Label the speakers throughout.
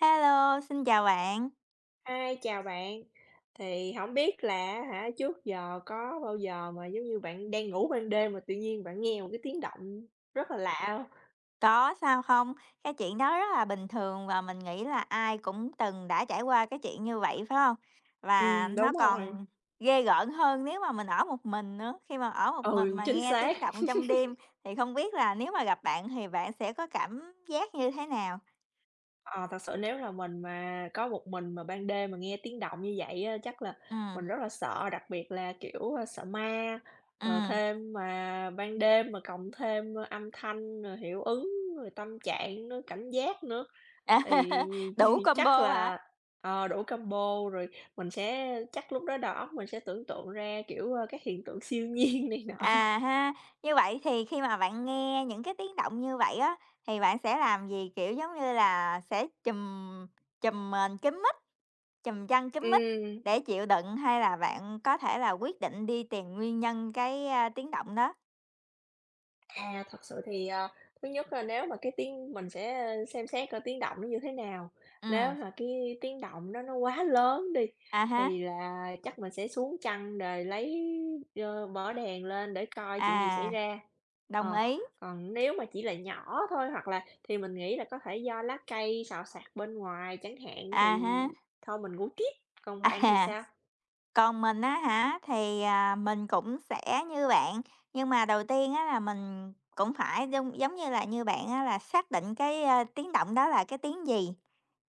Speaker 1: Hello, xin chào bạn.
Speaker 2: Hi, chào bạn. Thì không biết là hả, trước giờ có bao giờ mà, giống như, bạn đang ngủ ban đêm mà tự nhiên bạn nghe một cái tiếng động rất là lạ không?
Speaker 1: Có sao không? Cái chuyện đó rất là bình thường và mình nghĩ là ai cũng từng đã trải qua cái chuyện như vậy, phải không? Và nó
Speaker 2: Đúng rồi.
Speaker 1: còn ghê gớm hơn nếu mà mình ở một mình nữa, khi mà ở một mình
Speaker 2: Ừ,
Speaker 1: mà Ừ.
Speaker 2: chính
Speaker 1: nghe
Speaker 2: xác.
Speaker 1: tiếng động trong đêm thì không biết là nếu mà gặp bạn thì bạn sẽ có cảm giác như thế nào?
Speaker 2: Ờ, Thật sự nếu là mình mà có một mình mà ban đêm mà nghe tiếng động như vậy á, chắc là
Speaker 1: Ừ,
Speaker 2: mình rất là sợ, đặc biệt là, kiểu, sợ ma, rồi
Speaker 1: ừm.
Speaker 2: thêm mà ban đêm mà cộng thêm, âm thanh, rồi hiệu ứng, rồi tâm trạng nữa, cảnh giác nữa, thì
Speaker 1: Đủ
Speaker 2: chắc
Speaker 1: combo hả?
Speaker 2: là, đủ combo rồi mình sẽ chắc lúc đó đầu óc mình sẽ tưởng tượng ra, kiểu, các hiện tượng siêu nhiên này nọ.
Speaker 1: À ha, như vậy thì khi mà bạn nghe những cái tiếng động như vậy á, thì bạn sẽ làm gì? Kiểu, giống như là, sẽ chùm chùm mền kín mít, chùm chăn kín mít
Speaker 2: Ừm.
Speaker 1: để chịu đựng hay là bạn có thể là quyết định đi tìm nguyên nhân tiếng động đó?
Speaker 2: À, thật sự thì, thứ nhất là nếu mà cái tiếng mình sẽ xem xét coi tiếng động nó như thế nào. Nếu
Speaker 1: Ừm,
Speaker 2: mà cái tiếng động nó quá lớn đi,
Speaker 1: à ha,
Speaker 2: thì là chắc mình sẽ xuống chăn rồi lấy mở đèn lên để coi chuyện gì xảy
Speaker 1: à,
Speaker 2: ra.
Speaker 1: đồng
Speaker 2: Ờ,
Speaker 1: ý,
Speaker 2: còn nếu mà chỉ là nhỏ thôi hoặc là thì mình nghĩ là có thể do lá cây xào xạc bên ngoài chẳng hạn
Speaker 1: à
Speaker 2: thì
Speaker 1: ha,
Speaker 2: thôi mình ngủ tiếp. Còn bạn thì
Speaker 1: à.
Speaker 2: sao?
Speaker 1: Còn mình á hả, thì, à, mình cũng sẽ như bạn, nhưng mà đầu tiên á là mình cũng phải giống giống như là như bạn á là xác định tiếng động đó là cái tiếng gì,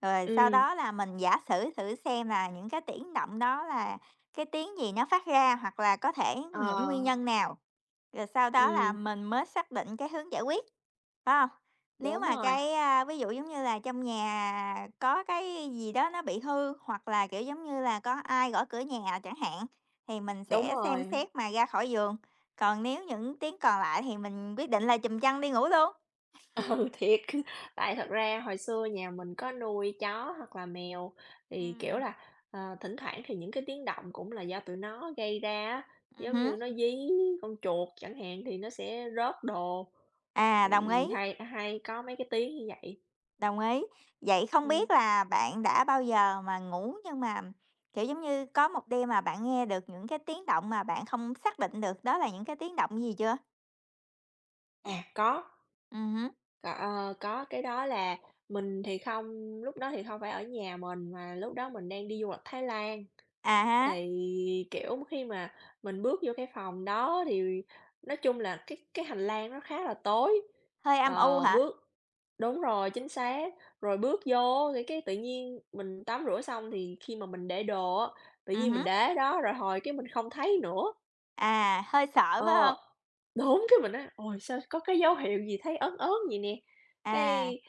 Speaker 1: rồi sau
Speaker 2: Ừ.
Speaker 1: đó là mình giả sử thử xem là những cái tiếng động đó là cái tiếng gì nó phát ra, hoặc là có thể
Speaker 2: Ờ,
Speaker 1: những nguyên nhân nào, rồi sau đó là
Speaker 2: ừ,
Speaker 1: mình mới xác định cái hướng giải quyết. Phải hông? Nếu
Speaker 2: đúng
Speaker 1: mà
Speaker 2: rồi,
Speaker 1: ví dụ, giống như là, trong nhà có cái gì đó nó bị hư, hoặc là, kiểu, giống như là, có ai gõ cửa nhà chẳng hạn, thì mình
Speaker 2: đúng
Speaker 1: sẽ Ờ. xem
Speaker 2: rồi.
Speaker 1: xét mà ra khỏi giường, còn nếu những tiếng còn lại thì mình quyết định là chùm chăn đi ngủ luôn.
Speaker 2: Thiệt, tại thật ra hồi xưa nhà mình có nuôi chó hoặc là mèo thì,
Speaker 1: Ừm,
Speaker 2: kiểu
Speaker 1: Ừm
Speaker 2: là, thỉnh thoảng thì những cái tiếng động cũng là do tụi nó gây ra á, giống
Speaker 1: ừm.
Speaker 2: như nó dí con chuột chẳng hạn thì nó sẽ rớt đồ,
Speaker 1: À, đồng ý,
Speaker 2: thì hay hay có mấy cái tiếng như vậy.
Speaker 1: đồng ý. Vậy không
Speaker 2: Ừm,
Speaker 1: biết là bạn đã bao giờ mà ngủ nhưng mà, kiểu, giống như, có một đêm mà bạn nghe được những cái tiếng động mà bạn không xác định được đó là những cái tiếng động gì chưa?
Speaker 2: à, có,
Speaker 1: Hứm,
Speaker 2: có cái đó là mình thì không, lúc đó thì không phải ở nhà mình mà lúc đó mình đang đi du lịch Thái Lan.
Speaker 1: à há.
Speaker 2: Thì, kiểu, khi mà mình bước vô cái phòng đó thì nói chung là cái hành lang nó khá là tối,
Speaker 1: Hơi âm u
Speaker 2: ờ,
Speaker 1: hả?
Speaker 2: bước đúng rồi, chính xác. Rồi bước vô cái tự nhiên mình tắm rửa xong thì khi mà mình để đồ á, tự nhiên mình
Speaker 1: Hứm,
Speaker 2: để đó rồi hồi cái mình không thấy nữa.
Speaker 1: à, hơi sợ phải
Speaker 2: Ờ,
Speaker 1: không?
Speaker 2: đúng, cái mình á, "Ôi, sao có cái dấu hiệu gì thấy ớn ớn vậy nè?"
Speaker 1: À,
Speaker 2: Cái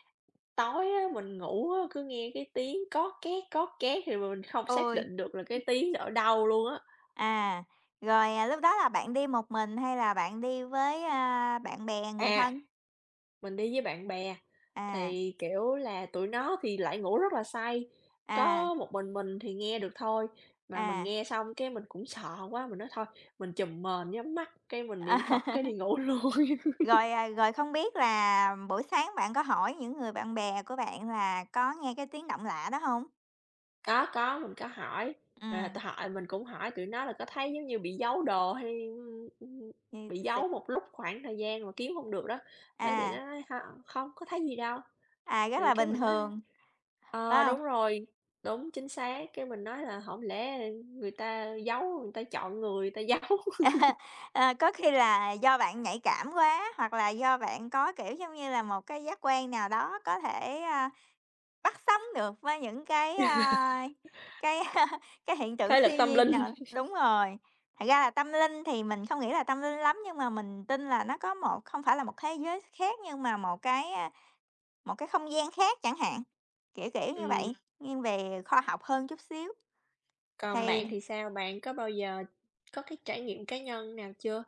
Speaker 2: tối á, mình ngủ á, cứ nghe cái tiếng "có két, có két" thì mà mình không xác
Speaker 1: ôi,
Speaker 2: định được là cái tiếng đó ở đâu luôn á.
Speaker 1: à, rồi, à, lúc đó là bạn đi một mình hay là bạn đi với, bạn bè, người
Speaker 2: À.
Speaker 1: thân?
Speaker 2: Mình đi với bạn bè,
Speaker 1: À,
Speaker 2: thì, kiểu là, tụi nó thì lại ngủ rất là say,
Speaker 1: à,
Speaker 2: có một mình thì nghe được thôi, mà mình
Speaker 1: à.
Speaker 2: nghe xong cái mình cũng sợ quá, mình nói thôi mình chùm mền nhắm mắt, cái mình niệm Phật cái đi ngủ luôn.
Speaker 1: Rồi, à, rồi không biết là buổi sáng bạn có hỏi những người bạn bè của bạn là có nghe cái tiếng động lạ đó không?
Speaker 2: Có, mình có hỏi, rồi
Speaker 1: Ừm,
Speaker 2: t hỏi mình cũng hỏi tụi nó là có thấy, giống như, bị giấu đồ hay,
Speaker 1: thì
Speaker 2: bị
Speaker 1: sự
Speaker 2: giấu một lúc khoảng thời gian mà kiếm không được đó, thế tụi
Speaker 1: à,
Speaker 2: nó nói "Hông, không có thấy gì đâu."
Speaker 1: à, rất
Speaker 2: Thì
Speaker 1: là
Speaker 2: cái
Speaker 1: bình
Speaker 2: mình nói
Speaker 1: thường,
Speaker 2: Ờ,
Speaker 1: phải?
Speaker 2: đúng rồi, đúng, chính xác, cái mình nói là không lẽ người ta giấu, người ta chọn người, người ta giấu
Speaker 1: Ờ, có khi là do bạn nhạy cảm quá, hoặc là do bạn có, kiểu, giống như là, một cái giác quan nào đó có thể, bắt sóng được với những cái cái hiện tượng
Speaker 2: thế lực
Speaker 1: siêu
Speaker 2: tâm
Speaker 1: nhiên
Speaker 2: linh.
Speaker 1: nào đúng rồi. Thật ra là tâm linh thì mình không nghĩ là tâm linh lắm, nhưng mà mình tin là nó có một không phải là một thế giới khác, nhưng mà một cái không gian khác chẳng hạn, kiểu, kiểu như
Speaker 2: Ừm,
Speaker 1: vậy, nghiêng về khoa học hơn chút xíu.
Speaker 2: còn
Speaker 1: Thì
Speaker 2: bạn thì sao? Bạn có bao giờ có cái trải nghiệm cá nhân nào chưa?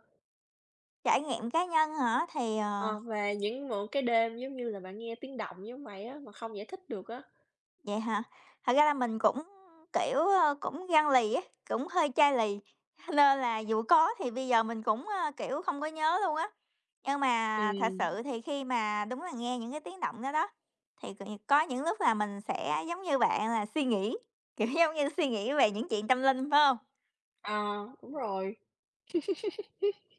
Speaker 1: trải nghiệm cá nhân hả? Thì, ờ.
Speaker 2: Ờ, về những một cái đêm, giống như là, bạn nghe tiếng động giống vậy á, mà không giải thích được á?
Speaker 1: Vậy hả? Thật ra là mình cũng, kiểu, ơ, cũng gan lì ấy, cũng hơi chai lì, nên là dù có thì bây giờ mình cũng, ơ, kiểu, không có nhớ luôn á. Nhưng mà thật
Speaker 2: Ừm,
Speaker 1: sự thì khi mà đúng là nghe những cái tiếng động đó đó, thì có những lúc là mình sẽ giống như bạn là suy nghĩ, kiểu, giống như suy nghĩ về những chuyện tâm linh, phải không?
Speaker 2: ờ, đúng rồi,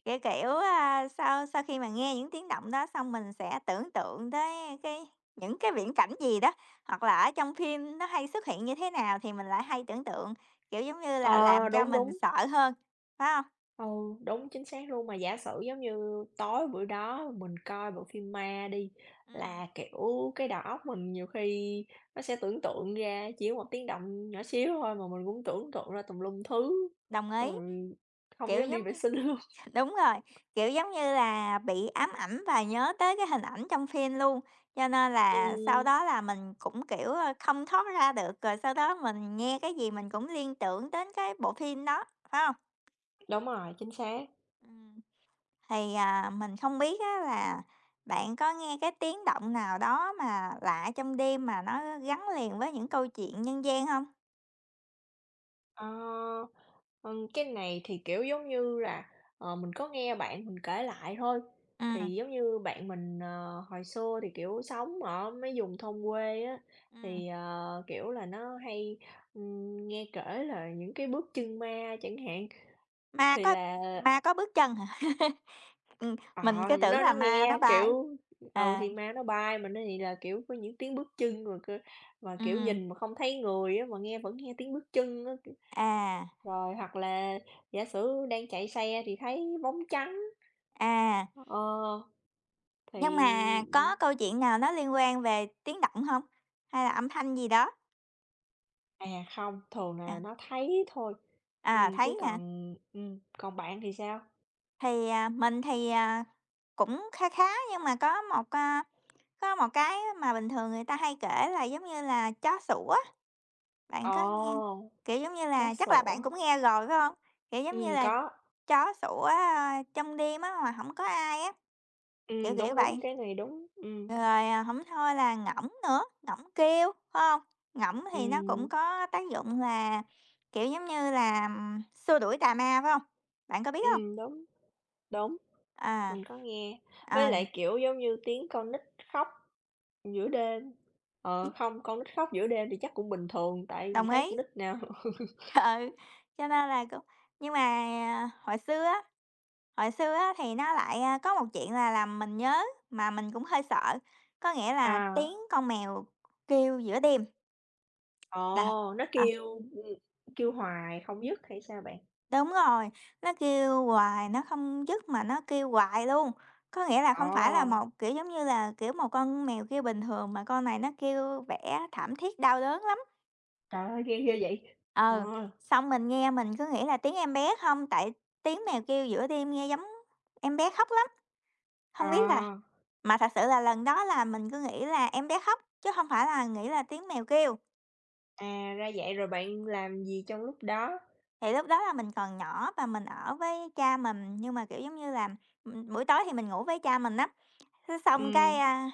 Speaker 1: Kiểu, kiểu, a, sau sau khi mà nghe những tiếng động đó xong mình sẽ tưởng tượng tới cái những cái viễn cảnh gì đó, hoặc là ở trong phim nó hay xuất hiện như thế nào thì mình lại hay tưởng tượng, kiểu, giống như là, À, làm
Speaker 2: ờ,
Speaker 1: cho à?
Speaker 2: đúng,
Speaker 1: Mình
Speaker 2: đúng.
Speaker 1: sợ hơn, phải không?
Speaker 2: Ừ, đúng, chính xác luôn. Mà giả sử giống như tối bữa đó mình coi bộ phim ma đi,
Speaker 1: Ừm.
Speaker 2: là, kiểu, cái đầu óc mình nhiều khi nó sẽ tưởng tượng ra chỉ một tiếng động nhỏ xíu thôi mà mình cũng tưởng tượng ra tùm lum thứ,
Speaker 1: Đồng ý,
Speaker 2: rồi không
Speaker 1: kiểu,
Speaker 2: dám đi
Speaker 1: giống
Speaker 2: vệ
Speaker 1: như
Speaker 2: sinh luôn.
Speaker 1: đúng rồi, kiểu, giống như là, bị ám ảnh và nhớ tới cái hình ảnh trong phim luôn, cho nên là sau
Speaker 2: Ừm,
Speaker 1: đó là mình cũng, kiểu, ơ, không thoát ra được, rồi sau đó mình nghe cái gì mình cũng liên tưởng đến cái bộ phim đó, phải không?
Speaker 2: đúng rồi, chính xác.
Speaker 1: Ừm. Thì, à, mình không biết á là bạn có nghe cái tiếng động nào đó mà lạ trong đêm mà nó gắn liền với những câu chuyện nhân gian không?
Speaker 2: Ờ. Cái này thì, kiểu, giống như là, mình có nghe bạn mình kể lại thôi.
Speaker 1: Ừm,
Speaker 2: Thì giống như bạn mình, hồi xưa thì, kiểu, sống ở mấy vùng thôn quê á,
Speaker 1: ừm,
Speaker 2: thì, kiểu là, nó hay, nghe kể là những cái bước chân ma chẳng hạn.
Speaker 1: ma
Speaker 2: Thì
Speaker 1: có
Speaker 2: là
Speaker 1: ma có bước chân hả? Ừm,
Speaker 2: ờ,
Speaker 1: mình cứ
Speaker 2: thì
Speaker 1: tưởng
Speaker 2: nó
Speaker 1: là
Speaker 2: nó
Speaker 1: ma nó
Speaker 2: nghe,
Speaker 1: bay.
Speaker 2: kiểu ừ,
Speaker 1: À,
Speaker 2: thì ma nó bay mà nó thì là, kiểu, có những tiếng bước chân rồi cơ mà, kiểu,
Speaker 1: ừm,
Speaker 2: nhìn mà không thấy người á, mà nghe vẫn nghe tiếng bước chân á.
Speaker 1: à,
Speaker 2: Rồi hoặc là giả sử đang chạy xe thì thấy bóng trắng.
Speaker 1: à,
Speaker 2: Ờ,
Speaker 1: nhưng
Speaker 2: thì
Speaker 1: mà có câu chuyện nào nó liên quan về tiếng động không? Hay là âm thanh gì đó?
Speaker 2: à, không, thường
Speaker 1: À,
Speaker 2: là nó thấy thôi,
Speaker 1: à,
Speaker 2: chứ
Speaker 1: thấy hả?
Speaker 2: còn còn bạn thì sao?
Speaker 1: Thì, à, mình thì, à, cũng khá khá nhưng mà có một, a. Có một cái mà bình thường người ta hay kể là giống như là chó sủa á, bạn có nghe
Speaker 2: Ồ,
Speaker 1: kiểu, giống như
Speaker 2: chó
Speaker 1: là, chắc là bạn
Speaker 2: sủa,
Speaker 1: cũng nghe rồi, phải không? Kiểu, giống như là,
Speaker 2: có,
Speaker 1: chó sủa, a, trong đêm á mà không có ai á, kiểu, kiểu
Speaker 2: đúng, đúng,
Speaker 1: vậy.
Speaker 2: cái này đúng,
Speaker 1: Rồi, à, hổng thôi là ngỗng nữa, ngỗng kêu, phải không? Ngỗng thì nó
Speaker 2: ừm,
Speaker 1: cũng có tác dụng là, kiểu, giống như là, xua đuổi tà ma, phải không? Bạn có biết không?
Speaker 2: đúng, đúng,
Speaker 1: À.
Speaker 2: mình có nghe, với
Speaker 1: Ờ,
Speaker 2: lại, kiểu, giống như tiếng con nít khóc giữa đêm, không, con nít khóc giữa đêm thì chắc cũng bình thường tại mình
Speaker 1: đồng
Speaker 2: thấy
Speaker 1: ý.
Speaker 2: con nít nào
Speaker 1: Ừ, cho nên là cũng nhưng mà, à, hồi xưa á thì nó lại, a, có một chuyện là làm mình nhớ mà mình cũng hơi sợ, có nghĩa là
Speaker 2: À,
Speaker 1: tiếng con mèo kêu giữa đêm là
Speaker 2: ồ, nó
Speaker 1: ờ,
Speaker 2: kêu, kêu hoài không dứt hay sao bạn?
Speaker 1: đúng rồi, nó kêu hoài nó không dứt mà nó kêu hoài luôn. Có nghĩa là không phải là
Speaker 2: Ồ.
Speaker 1: một, kiểu, giống như là, kiểu, một con mèo kêu bình thường mà con này nó kêu vẻ thảm thiết đau đớn lắm.
Speaker 2: Trời ơi, ghê ghê vậy!
Speaker 1: Ờ,
Speaker 2: Ờ,
Speaker 1: xong mình nghe mình cứ nghĩ là tiếng em bé không, tại tiếng mèo kêu giữa đêm nghe giống em bé khóc lắm,
Speaker 2: ờ,
Speaker 1: không biết là mà thật sự là lần đó là mình cứ nghĩ là em bé khóc, chứ không phải là nghĩ là tiếng mèo kêu.
Speaker 2: à, ra vậy, rồi bạn làm gì trong lúc đó?
Speaker 1: Thì lúc đó là mình còn nhỏ và mình ở với cha mình, nhưng mà, kiểu, giống như là, buổi tối thì mình ngủ với cha mình á, thế xong cái,
Speaker 2: Ừm,
Speaker 1: a,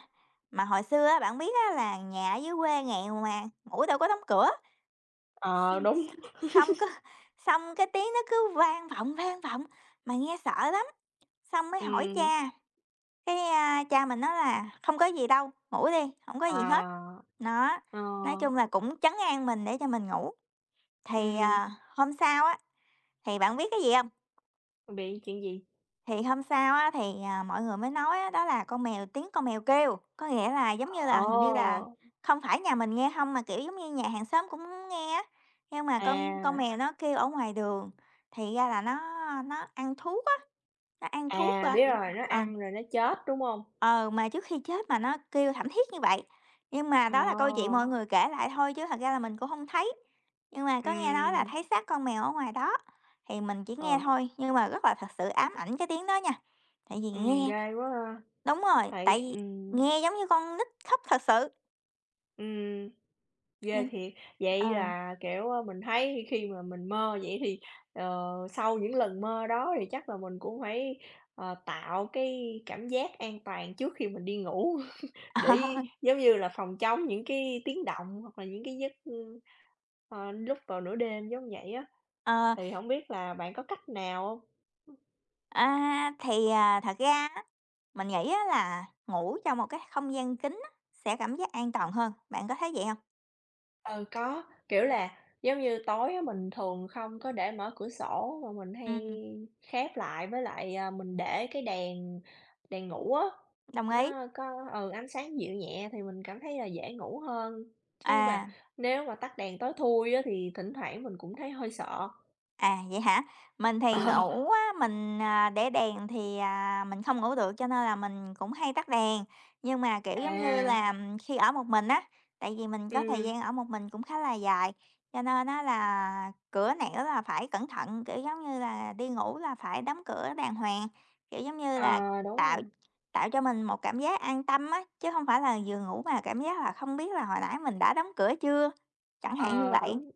Speaker 1: mà hồi xưa á, bạn biết á là nhà ở dưới quê nghèo mà, ngủ đâu có đóng cửa,
Speaker 2: ờ,
Speaker 1: xong
Speaker 2: đúng,
Speaker 1: xong xong cứ xong cái tiếng nó cứ vang vọng, mà nghe sợ lắm. Xong mới hỏi
Speaker 2: ừm,
Speaker 1: cha, cha mình nói là "Không có gì đâu, ngủ đi, không có gì hết."
Speaker 2: ờ,
Speaker 1: Đó,
Speaker 2: ờ,
Speaker 1: nói chung là cũng trấn an mình để cho mình ngủ. Thì,
Speaker 2: ừm,
Speaker 1: à, hôm sau á, thì bạn biết cái gì không?
Speaker 2: bị chuyện gì?
Speaker 1: Thì hôm sau á, thì, à, mọi người mới nói á, đó là con mèo tiếng con mèo kêu, có nghĩa là, giống như là,
Speaker 2: Ồ,
Speaker 1: hình như là không phải nhà mình nghe không mà, kiểu, giống như nhà hàng xóm cũng nghe á, nhưng mà con
Speaker 2: à,
Speaker 1: mèo nó kêu ở ngoài đường, thì ra là nó ăn thuốc á, nó ăn thuốc,
Speaker 2: à,
Speaker 1: a
Speaker 2: biết rồi, nó
Speaker 1: ờ.
Speaker 2: ăn rồi nó chết, đúng không?
Speaker 1: Ờ, mà trước khi chết mà nó kêu thảm thiết như vậy, nhưng mà
Speaker 2: Ờ,
Speaker 1: đó là câu chuyện mọi người kể lại thôi chứ thật ra là mình cũng không thấy. Nhưng mà có nghe nói là
Speaker 2: ừm,
Speaker 1: thấy xác con mèo ở ngoài đó, thì mình chỉ nghe
Speaker 2: rồi,
Speaker 1: thôi, nhưng mà rất là thật sự ám ảnh cái tiếng đó nha. Tại vì nghe
Speaker 2: ghê quá ha!
Speaker 1: đúng rồi,
Speaker 2: Tại
Speaker 1: tại vì nghe giống như con nít khóc thật sự,
Speaker 2: ừm. Ghê
Speaker 1: ừm.
Speaker 2: thiệt! Vậy
Speaker 1: Ừ,
Speaker 2: là, kiểu, mình thấy khi mà mình mơ vậy thì, sau những lần mơ đó thì chắc là mình cũng phải, tạo cái cảm giác an toàn trước khi mình đi ngủ
Speaker 1: ờ,
Speaker 2: để giống như là phòng chống những cái tiếng động hoặc là những cái giấc, ừ, lúc vào nửa đêm giống vậy á.
Speaker 1: ờ,
Speaker 2: Thì không biết là bạn có cách nào không?
Speaker 1: a, thì, à, thật ra á, mình nghĩ á là ngủ trong một cái không gian kín á, sẽ cảm giác an toàn hơn, bạn có thấy vậy không?
Speaker 2: Ừ, có, kiểu là, giống như, tối á mình thường không có để mở cửa sổ mà mình hay
Speaker 1: Ừm,
Speaker 2: khép lại, với lại, à, mình để cái đèn đèn ngủ á,
Speaker 1: đồng ý,
Speaker 2: nó có ừ, ánh sáng dịu nhẹ thì mình cảm thấy là dễ ngủ hơn. Chứ
Speaker 1: à.
Speaker 2: mà nếu mà tắt đèn tối thui á thì thỉnh thoảng mình cũng thấy hơi sợ.
Speaker 1: À, vậy hả? Mình thì ngủ á, mình, à, để đèn thì, à, mình không ngủ được cho nên là mình cũng hay tắt đèn. Nhưng mà, kiểu,
Speaker 2: Ờ,
Speaker 1: giống như
Speaker 2: à,
Speaker 1: là, khi ở một mình á, tại vì mình có thời
Speaker 2: ừm,
Speaker 1: gian ở một mình cũng khá là dài, cho nên á là cửa nẻo là phải cẩn thận, kiểu, giống như là, đi ngủ là phải đóng cửa đàng hoàng, kiểu, giống như là,
Speaker 2: ờ, đúng
Speaker 1: tạo
Speaker 2: rồi,
Speaker 1: tạo cho mình một cảm giác an tâm á, chứ không phải là vừa ngủ mà cảm giác là không biết là hồi nãy mình đã đóng cửa chưa, chẳng hạn như
Speaker 2: ờ,
Speaker 1: vậy,
Speaker 2: đúng.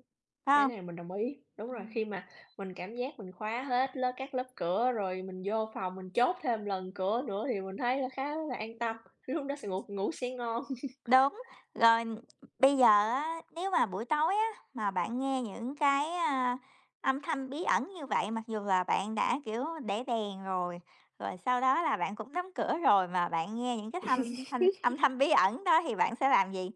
Speaker 1: phải
Speaker 2: Cái
Speaker 1: không?
Speaker 2: này mình đồng ý, đúng rồi, khi
Speaker 1: Ừm.
Speaker 2: mà mình cảm giác mình khóa hết lớp các lớp cửa rồi mình vô phòng mình chốt thêm lần cửa nữa thì mình thấy là khá là an tâm, lúc đó sẽ ngủ ngủ sẽ ngon.
Speaker 1: Đúng, rồi bây giờ á, nếu mà buổi tối á, mà bạn nghe những cái, a, âm thanh bí ẩn như vậy, mặc dù là bạn đã, kiểu, để đèn rồi, rồi sau đó là bạn cũng đóng cửa rồi mà bạn nghe những cái thanh thanh âm thanh bí ẩn đó thì bạn sẽ làm gì?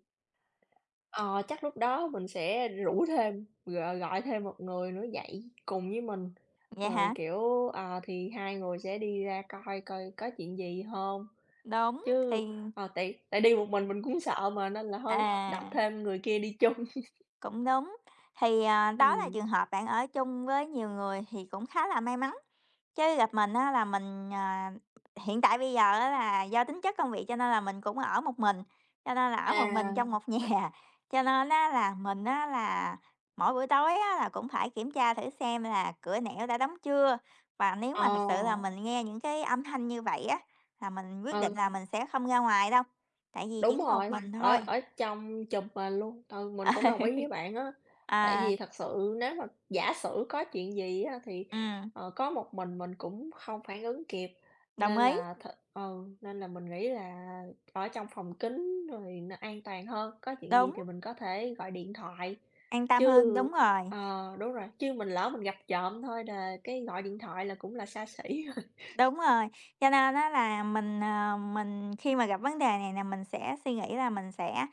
Speaker 2: Ờ, chắc lúc đó mình sẽ rủ thêm, gọi gọi thêm một người nữa dậy cùng với mình,
Speaker 1: Vậy
Speaker 2: rồi,
Speaker 1: hả?
Speaker 2: kiểu, thì hai người sẽ đi ra coi coi có chuyện gì không,
Speaker 1: Đúng,
Speaker 2: chứ,
Speaker 1: thì
Speaker 2: tại tại đi một mình cũng sợ mà nên là thôi đặt
Speaker 1: à,
Speaker 2: thêm người kia đi chung.
Speaker 1: cũng đúng. Thì, à, đó là
Speaker 2: Ừm.
Speaker 1: trường hợp bạn ở chung với nhiều người thì cũng khá là may mắn. Chứ gặp mình á là mình, à, hiện tại bây giờ á là do tính chất công việc cho nên là mình cũng ở một mình, cho nên là ở một mình
Speaker 2: À,
Speaker 1: trong một nhà. Cho nên á là mình á là mỗi buổi tối á là cũng phải kiểm tra thử xem là cửa nẻo đã đóng chưa. Và nếu mà
Speaker 2: ờ,
Speaker 1: thật sự là Ờ. mình nghe những cái âm thanh như vậy á, là mình quyết định
Speaker 2: ừ.
Speaker 1: là mình sẽ không ra ngoài đâu, tại vì
Speaker 2: Đúng
Speaker 1: chỉ có một
Speaker 2: rồi,
Speaker 1: mình
Speaker 2: ở
Speaker 1: thôi.
Speaker 2: ở trong chùm mình luôn, ừ, mình cũng đồng ý với bạn á. Tại
Speaker 1: À,
Speaker 2: vì thật sự nếu mà giả sử có chuyện gì á thì,
Speaker 1: ừm,
Speaker 2: có một mình cũng không phản ứng kịp,
Speaker 1: đồng
Speaker 2: nên
Speaker 1: ý,
Speaker 2: là th ừ, nên là mình nghĩ là ở trong phòng kín rồi nó an toàn hơn, có chuyện gì
Speaker 1: đúng,
Speaker 2: thì mình có thể gọi điện thoại.
Speaker 1: an tâm hơn,
Speaker 2: Chứ
Speaker 1: đúng rồi.
Speaker 2: ờ, đúng rồi, chứ mình lỡ mình gặp trộm thôi là cái gọi điện thoại là cũng là xa xỉ rồi.
Speaker 1: Đúng rồi, cho nên á là mình, ờ, mình khi mà gặp vấn đề này là mình sẽ suy nghĩ là mình sẽ,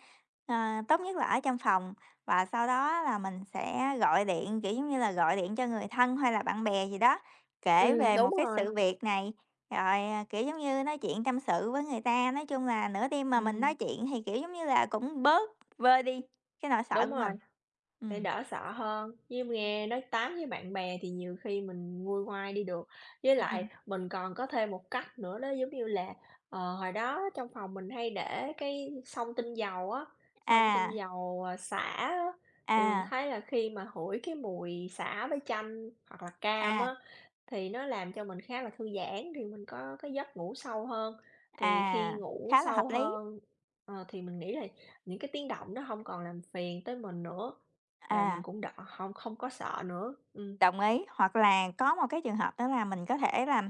Speaker 1: ờ, tốt nhất là ở trong phòng và sau đó là mình sẽ gọi điện, kiểu, giống như là, gọi điện cho người thân hay là bạn bè gì đó, kể Ờ. về một
Speaker 2: Đúng
Speaker 1: cái
Speaker 2: rồi,
Speaker 1: sự việc này, rồi, à, kiểu, giống như, nói chuyện tâm sự với người ta. Nói chung là nửa đêm mà mình nói
Speaker 2: ừm,
Speaker 1: chuyện thì, kiểu, giống như là, cũng bớt vơi đi cái nỗi sợ
Speaker 2: đúng
Speaker 1: của
Speaker 2: rồi.
Speaker 1: mình.
Speaker 2: Để
Speaker 1: Ừm.
Speaker 2: đỡ sợ hơn, như
Speaker 1: Ừm.
Speaker 2: nghe nói tám với bạn bè thì nhiều khi mình nguôi ngoai đi được. Với lại mình còn có thêm một cách nữa đó, giống như là, hồi đó trong phòng mình hay để cái xông tinh dầu á, xông
Speaker 1: À,
Speaker 2: tinh dầu, xả á, thì mình
Speaker 1: à,
Speaker 2: thấy là khi mà hửi cái mùi xả với chanh hoặc là cam
Speaker 1: À. À,
Speaker 2: á, thì nó làm cho mình khá là thư giãn, thì mình có cái giấc ngủ sâu hơn. Thì
Speaker 1: à,
Speaker 2: khi ngủ
Speaker 1: khá là hợp
Speaker 2: sâu
Speaker 1: lý,
Speaker 2: hơn, thì mình nghĩ là những cái tiếng động nó không còn làm phiền tới mình nữa, rồi mình
Speaker 1: à.
Speaker 2: cũng đỡ không không có sợ nữa.
Speaker 1: Đồng ý, hoặc là có một cái trường hợp đó là mình có thể là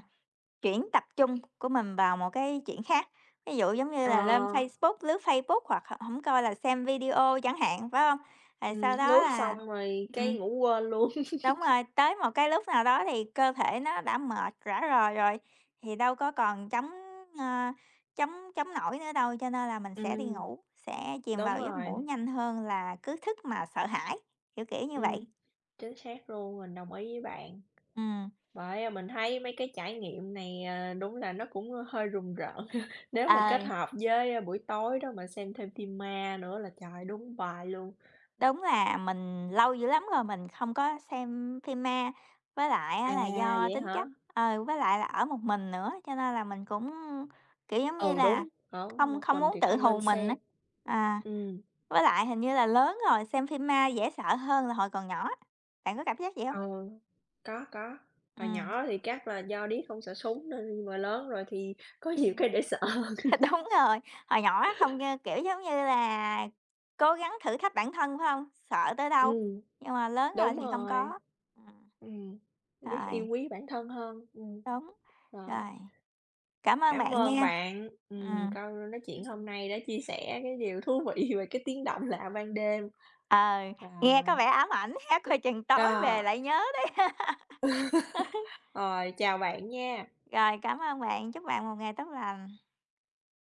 Speaker 1: chuyển tập trung của mình vào một cái chuyện khác. Ví dụ giống như
Speaker 2: Ờ,
Speaker 1: là À. lên Facebook, lướt Facebook hoặc h hổng coi là xem video chẳng hạn, phải không? Rồi sau đó
Speaker 2: lướt
Speaker 1: là
Speaker 2: xong rồi
Speaker 1: Ừm.
Speaker 2: cái ngủ quên luôn.
Speaker 1: đúng rồi, tới một cái lúc nào đó thì cơ thể nó đã mệt rã rời rồi, thì đâu có còn chống, ơ, chống nổi nữa đâu, cho nên là mình sẽ đi
Speaker 2: Ừm,
Speaker 1: ngủ, sẽ chìm
Speaker 2: đúng
Speaker 1: vào giấc
Speaker 2: rồi,
Speaker 1: ngủ nhanh hơn là cứ thức mà sợ hãi, kiểu, kiểu như
Speaker 2: ừm,
Speaker 1: vậy.
Speaker 2: chính xác luôn, mình đồng ý với bạn.
Speaker 1: Ừ.
Speaker 2: Bởi, à, mình thấy mấy cái trải nghiệm này, à, đúng là nó cũng hơi rùng rợn. Nếu mà kết
Speaker 1: À.
Speaker 2: hợp với, buổi tối đó mà xem thêm phim ma nữa là trời, đúng bài luôn.
Speaker 1: Đúng là mình lâu dữ lắm rồi mình không có xem phim ma, với lại á
Speaker 2: À,
Speaker 1: là do
Speaker 2: vậy
Speaker 1: tính
Speaker 2: hả?
Speaker 1: chất ờ, với lại là ở một mình nữa, cho nên là mình cũng, kiểu, giống như
Speaker 2: Ừ,
Speaker 1: là,
Speaker 2: đúng, ở
Speaker 1: không
Speaker 2: một
Speaker 1: không
Speaker 2: mình
Speaker 1: muốn
Speaker 2: thì
Speaker 1: tự
Speaker 2: không
Speaker 1: hù
Speaker 2: nên
Speaker 1: mình á.
Speaker 2: xem.
Speaker 1: À,
Speaker 2: Ừ.
Speaker 1: với lại hình như là lớn rồi xem phim ma dễ sợ hơn là hồi còn nhỏ. Bạn có cảm giác vậy không?
Speaker 2: Ờ, có, có. Hồi
Speaker 1: Ừm.
Speaker 2: nhỏ thì chắc là do điếc không sợ súng nên nhưng mà lớn rồi thì có nhiều cái để sợ.
Speaker 1: Đúng rồi, hồi nhỏ á không, ơ, kiểu, giống như là, cố gắng thử thách bản thân, phải không? Sợ tới đâu,
Speaker 2: Ừm,
Speaker 1: nhưng mà lớn rồi
Speaker 2: đúng
Speaker 1: thì không
Speaker 2: rồi.
Speaker 1: có. Ừm,
Speaker 2: Ừm, biết
Speaker 1: rồi.
Speaker 2: yêu quý bản thân hơn.
Speaker 1: Đúng,
Speaker 2: Rồi.
Speaker 1: rồi, cảm ơn
Speaker 2: Cảm
Speaker 1: bạn
Speaker 2: ơn
Speaker 1: nha.
Speaker 2: bạn,
Speaker 1: Ừm,
Speaker 2: câu nói chuyện hôm nay đã chia sẻ cái điều thú vị về cái tiếng động lạ ban đêm.
Speaker 1: ờ, nghe có
Speaker 2: Rồi,
Speaker 1: vẻ ám ảnh ha, coi chừng tối về
Speaker 2: rồi,
Speaker 1: Ờ. lại nhớ đó.
Speaker 2: rồi, chào bạn nha.
Speaker 1: Rồi, cảm ơn bạn, chúc bạn một ngày tốt lành.